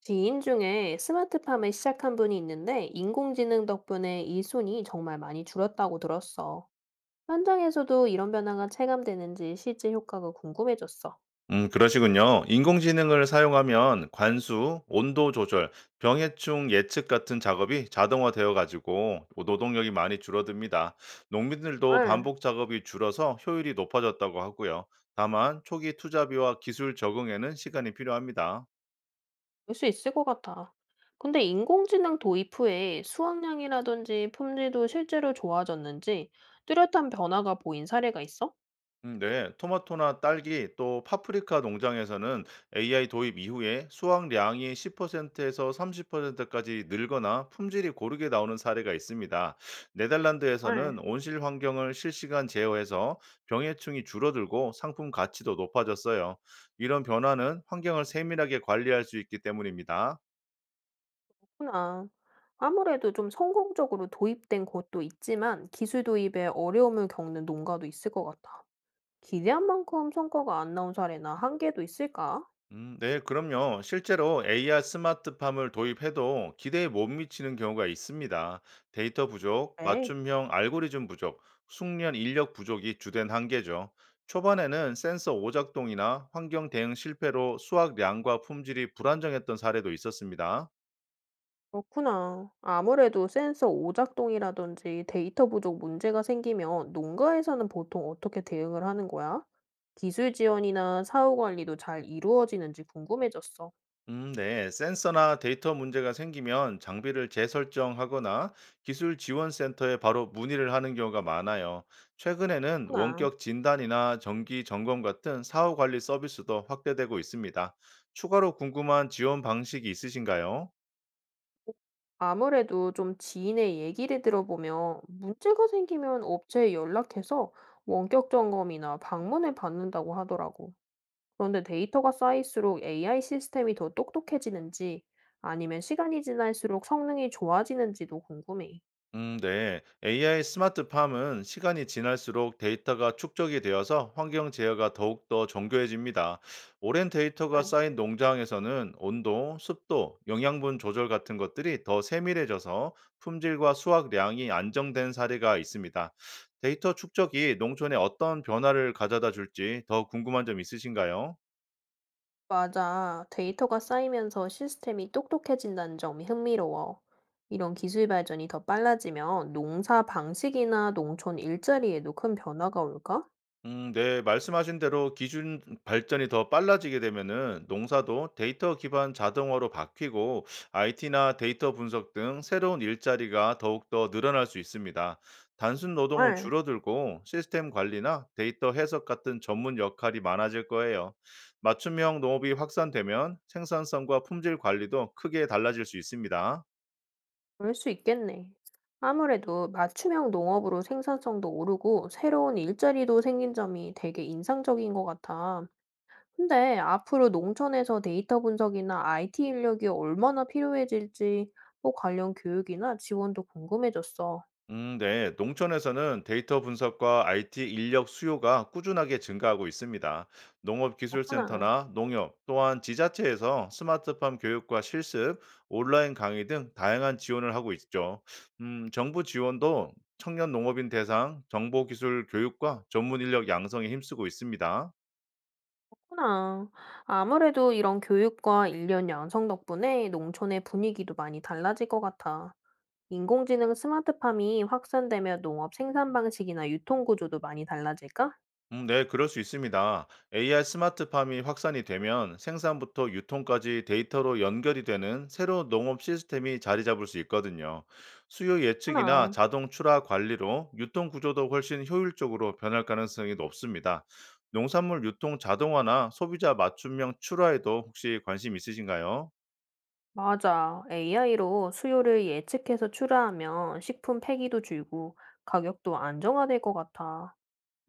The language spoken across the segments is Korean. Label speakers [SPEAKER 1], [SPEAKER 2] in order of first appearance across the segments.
[SPEAKER 1] 지인 중에 스마트팜을 시작한 분이 있는데 인공지능 덕분에 일손이 정말 많이 줄었다고 들었어. 현장에서도 이런 변화가 체감되는지 실제 효과가 궁금해졌어.
[SPEAKER 2] 그러시군요. 인공지능을 사용하면 관수, 온도 조절, 병해충 예측 같은 작업이 자동화되어 가지고 노동력이 많이 줄어듭니다. 농민들도
[SPEAKER 1] 알,
[SPEAKER 2] 반복 작업이 줄어서 효율이 높아졌다고 하고요. 다만 초기 투자비와 기술 적응에는 시간이 필요합니다.
[SPEAKER 1] 볼 수 있을 것 같아. 근데 인공지능 도입 후에 수확량이라든지 품질도 실제로 좋아졌는지 뚜렷한 변화가 보인 사례가 있어?
[SPEAKER 2] 네. 토마토나 딸기 또 파프리카 농장에서는 AI 도입 이후에 수확량이 10%에서 30%까지 늘거나 품질이 고르게 나오는 사례가 있습니다.
[SPEAKER 1] 알,
[SPEAKER 2] 네덜란드에서는 온실 환경을 실시간 제어해서 병해충이 줄어들고 상품 가치도 높아졌어요. 이런 변화는 환경을 세밀하게 관리할 수 있기 때문입니다.
[SPEAKER 1] 그렇구나. 아무래도 좀 성공적으로 도입된 곳도 있지만 기술 도입에 어려움을 겪는 농가도 있을 것 같아. 기대한 만큼 성과가 안 나온 사례나 한계도 있을까?
[SPEAKER 2] 네, 그럼요. 실제로 AR 스마트팜을 도입해도 기대에 못 미치는 경우가 있습니다. 데이터 부족,
[SPEAKER 1] 에이,
[SPEAKER 2] 맞춤형 알고리즘 부족, 숙련 인력 부족이 주된 한계죠. 초반에는 센서 오작동이나 환경 대응 실패로 수확량과 품질이 불안정했던 사례도 있었습니다.
[SPEAKER 1] 그렇구나. 아무래도 센서 오작동이라든지 데이터 부족 문제가 생기면 농가에서는 보통 어떻게 대응을 하는 거야? 기술 지원이나 사후 관리도 잘 이루어지는지 궁금해졌어.
[SPEAKER 2] 네. 센서나 데이터 문제가 생기면 장비를 재설정하거나 기술 지원 센터에 바로 문의를 하는 경우가 많아요. 최근에는
[SPEAKER 1] 그렇구나.
[SPEAKER 2] 원격 진단이나 정기 점검 같은 사후 관리 서비스도 확대되고 있습니다. 추가로 궁금한 지원 방식이 있으신가요?
[SPEAKER 1] 아무래도 좀 지인의 얘기를 들어보면 문제가 생기면 업체에 연락해서 원격 점검이나 방문을 받는다고 하더라고. 그런데 데이터가 쌓일수록 AI 시스템이 더 똑똑해지는지 아니면 시간이 지날수록 성능이 좋아지는지도 궁금해.
[SPEAKER 2] 네. AI 스마트팜은 시간이 지날수록 데이터가 축적이 되어서 환경 제어가 더욱더 정교해집니다. 오랜 데이터가
[SPEAKER 1] 응.
[SPEAKER 2] 쌓인 농장에서는 온도, 습도, 영양분 조절 같은 것들이 더 세밀해져서 품질과 수확량이 안정된 사례가 있습니다. 데이터 축적이 농촌에 어떤 변화를 가져다 줄지 더 궁금한 점 있으신가요?
[SPEAKER 1] 맞아. 데이터가 쌓이면서 시스템이 똑똑해진다는 점이 흥미로워. 이런 기술 발전이 더 빨라지면 농사 방식이나 농촌 일자리에도 큰 변화가 올까?
[SPEAKER 2] 네. 말씀하신 대로 기준 발전이 더 빨라지게 되면은 농사도 데이터 기반 자동화로 바뀌고 IT나 데이터 분석 등 새로운 일자리가 더욱더 늘어날 수 있습니다. 단순 노동은
[SPEAKER 1] 헐,
[SPEAKER 2] 줄어들고 시스템 관리나 데이터 해석 같은 전문 역할이 많아질 거예요. 맞춤형 농업이 확산되면 생산성과 품질 관리도 크게 달라질 수 있습니다.
[SPEAKER 1] 그럴 수 있겠네. 아무래도 맞춤형 농업으로 생산성도 오르고 새로운 일자리도 생긴 점이 되게 인상적인 것 같아. 근데 앞으로 농촌에서 데이터 분석이나 IT 인력이 얼마나 필요해질지 또 관련 교육이나 지원도 궁금해졌어.
[SPEAKER 2] 네. 농촌에서는 데이터 분석과 IT 인력 수요가 꾸준하게 증가하고 있습니다.
[SPEAKER 1] 그렇구나.
[SPEAKER 2] 농업기술센터나 농협, 또한 지자체에서 스마트팜 교육과 실습, 온라인 강의 등 다양한 지원을 하고 있죠. 정부 지원도 청년 농업인 대상, 정보기술 교육과 전문 인력 양성에 힘쓰고 있습니다.
[SPEAKER 1] 그렇구나. 아무래도 이런 교육과 인력 양성 덕분에 농촌의 분위기도 많이 달라질 것 같아. 인공지능 스마트팜이 확산되면 농업 생산 방식이나 유통 구조도 많이 달라질까?
[SPEAKER 2] 네, 그럴 수 있습니다. AI 스마트팜이 확산이 되면 생산부터 유통까지 데이터로 연결이 되는 새로운 농업 시스템이 자리 잡을 수 있거든요. 수요 예측이나
[SPEAKER 1] 그렇구나.
[SPEAKER 2] 자동 출하 관리로 유통 구조도 훨씬 효율적으로 변할 가능성이 높습니다. 농산물 유통 자동화나 소비자 맞춤형 출하에도 혹시 관심 있으신가요?
[SPEAKER 1] 맞아. AI로 수요를 예측해서 출하하면 식품 폐기도 줄고 가격도 안정화될 것 같아.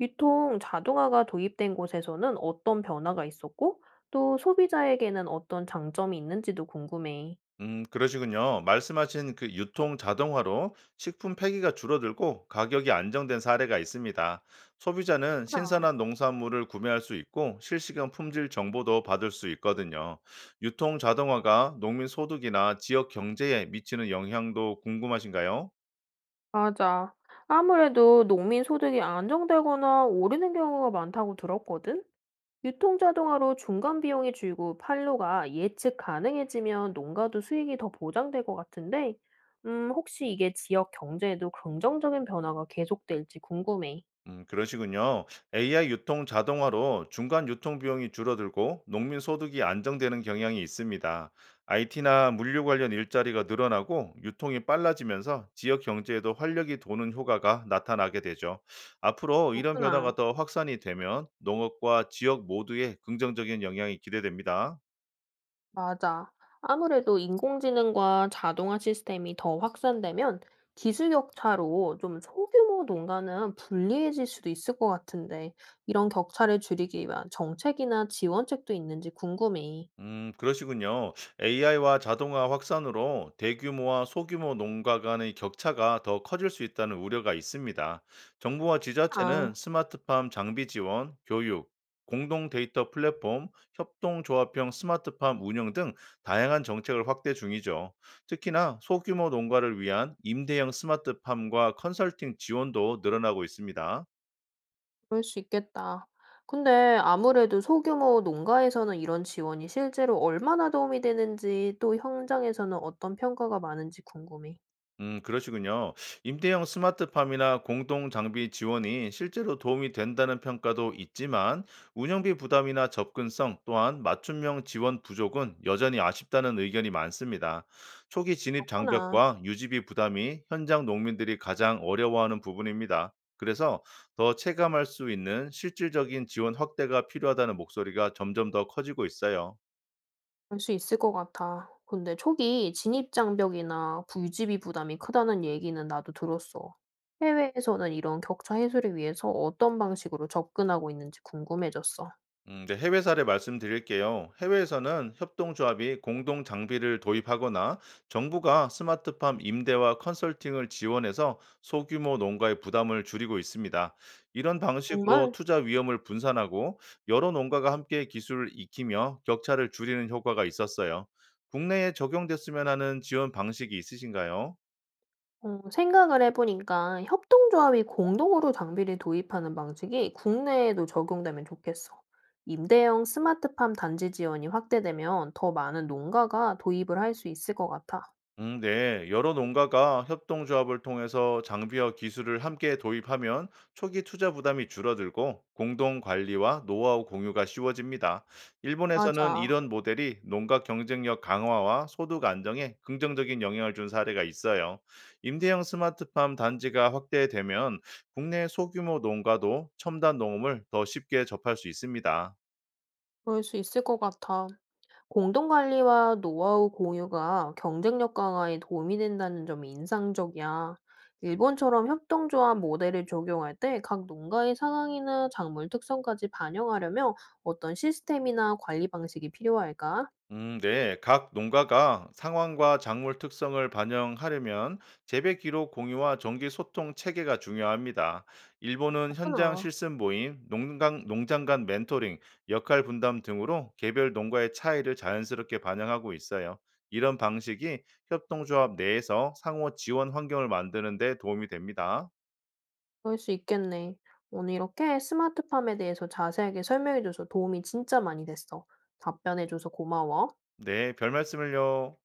[SPEAKER 1] 유통 자동화가 도입된 곳에서는 어떤 변화가 있었고, 또 소비자에게는 어떤 장점이 있는지도 궁금해.
[SPEAKER 2] 그러시군요. 말씀하신 그 유통 자동화로 식품 폐기가 줄어들고 가격이 안정된 사례가 있습니다. 소비자는
[SPEAKER 1] 아,
[SPEAKER 2] 신선한 농산물을 구매할 수 있고 실시간 품질 정보도 받을 수 있거든요. 유통 자동화가 농민 소득이나 지역 경제에 미치는 영향도 궁금하신가요?
[SPEAKER 1] 맞아. 아무래도 농민 소득이 안정되거나 오르는 경우가 많다고 들었거든? 유통 자동화로 중간 비용이 줄고 판로가 예측 가능해지면 농가도 수익이 더 보장될 것 같은데, 혹시 이게 지역 경제에도 긍정적인 변화가 계속될지 궁금해.
[SPEAKER 2] 그러시군요. AI 유통 자동화로 중간 유통 비용이 줄어들고 농민 소득이 안정되는 경향이 있습니다. IT나 물류 관련 일자리가 늘어나고 유통이 빨라지면서 지역 경제에도 활력이 도는 효과가 나타나게 되죠. 앞으로 이런
[SPEAKER 1] 그렇구나.
[SPEAKER 2] 변화가 더 확산이 되면 농업과 지역 모두에 긍정적인 영향이 기대됩니다.
[SPEAKER 1] 맞아. 아무래도 인공지능과 자동화 시스템이 더 확산되면 기술 격차로 좀 소규모 농가는 불리해질 수도 있을 것 같은데, 이런 격차를 줄이기 위한 정책이나 지원책도 있는지 궁금해.
[SPEAKER 2] 그러시군요. AI와 자동화 확산으로 대규모와 소규모 농가 간의 격차가 더 커질 수 있다는 우려가 있습니다. 정부와
[SPEAKER 1] 아,
[SPEAKER 2] 지자체는 스마트팜 장비 지원, 교육, 공동 데이터 플랫폼, 협동조합형 스마트팜 운영 등 다양한 정책을 확대 중이죠. 특히나 소규모 농가를 위한 임대형 스마트팜과 컨설팅 지원도 늘어나고 있습니다.
[SPEAKER 1] 그럴 수 있겠다. 근데 아무래도 소규모 농가에서는 이런 지원이 실제로 얼마나 도움이 되는지, 또 현장에서는 어떤 평가가 많은지 궁금해.
[SPEAKER 2] 그러시군요. 임대형 스마트팜이나 공동 장비 지원이 실제로 도움이 된다는 평가도 있지만 운영비 부담이나 접근성 또한 맞춤형 지원 부족은 여전히 아쉽다는 의견이 많습니다. 초기 진입
[SPEAKER 1] 그렇구나.
[SPEAKER 2] 장벽과 유지비 부담이 현장 농민들이 가장 어려워하는 부분입니다. 그래서 더 체감할 수 있는 실질적인 지원 확대가 필요하다는 목소리가 점점 더 커지고 있어요.
[SPEAKER 1] 알 수 있을 것 같아. 근데 초기 진입 장벽이나 유지비 부담이 크다는 얘기는 나도 들었어. 해외에서는 이런 격차 해소를 위해서 어떤 방식으로 접근하고 있는지 궁금해졌어.
[SPEAKER 2] 네, 해외 사례 말씀드릴게요. 해외에서는 협동조합이 공동 장비를 도입하거나 정부가 스마트팜 임대와 컨설팅을 지원해서 소규모 농가의 부담을 줄이고 있습니다. 이런 방식으로
[SPEAKER 1] 정말?
[SPEAKER 2] 투자 위험을 분산하고 여러 농가가 함께 기술을 익히며 격차를 줄이는 효과가 있었어요. 국내에 적용됐으면 하는 지원 방식이 있으신가요?
[SPEAKER 1] 어, 생각을 해보니까 협동조합이 공동으로 장비를 도입하는 방식이 국내에도 적용되면 좋겠어. 임대형 스마트팜 단지 지원이 확대되면 더 많은 농가가 도입을 할 수 있을 것 같아.
[SPEAKER 2] 네. 여러 농가가 협동조합을 통해서 장비와 기술을 함께 도입하면 초기 투자 부담이 줄어들고 공동 관리와 노하우 공유가 쉬워집니다. 일본에서는
[SPEAKER 1] 맞아.
[SPEAKER 2] 이런 모델이 농가 경쟁력 강화와 소득 안정에 긍정적인 영향을 준 사례가 있어요. 임대형 스마트팜 단지가 확대되면 국내 소규모 농가도 첨단 농업을 더 쉽게 접할 수 있습니다.
[SPEAKER 1] 그럴 수 있을 것 같아. 공동관리와 노하우 공유가 경쟁력 강화에 도움이 된다는 점이 인상적이야. 일본처럼 협동조합 모델을 적용할 때 각 농가의 상황이나 작물 특성까지 반영하려면 어떤 시스템이나 관리 방식이 필요할까?
[SPEAKER 2] 네. 각 농가가 상황과 작물 특성을 반영하려면 재배 기록 공유와 정기 소통 체계가 중요합니다. 일본은 현장
[SPEAKER 1] 그렇구나.
[SPEAKER 2] 실습 모임, 농장, 농장 간 멘토링, 역할 분담 등으로 개별 농가의 차이를 자연스럽게 반영하고 있어요. 이런 방식이 협동조합 내에서 상호 지원 환경을 만드는 데 도움이 됩니다.
[SPEAKER 1] 그럴 수 있겠네. 오늘 이렇게 스마트팜에 대해서 자세하게 설명해줘서 도움이 진짜 많이 됐어. 답변해줘서 고마워.
[SPEAKER 2] 네, 별 말씀을요.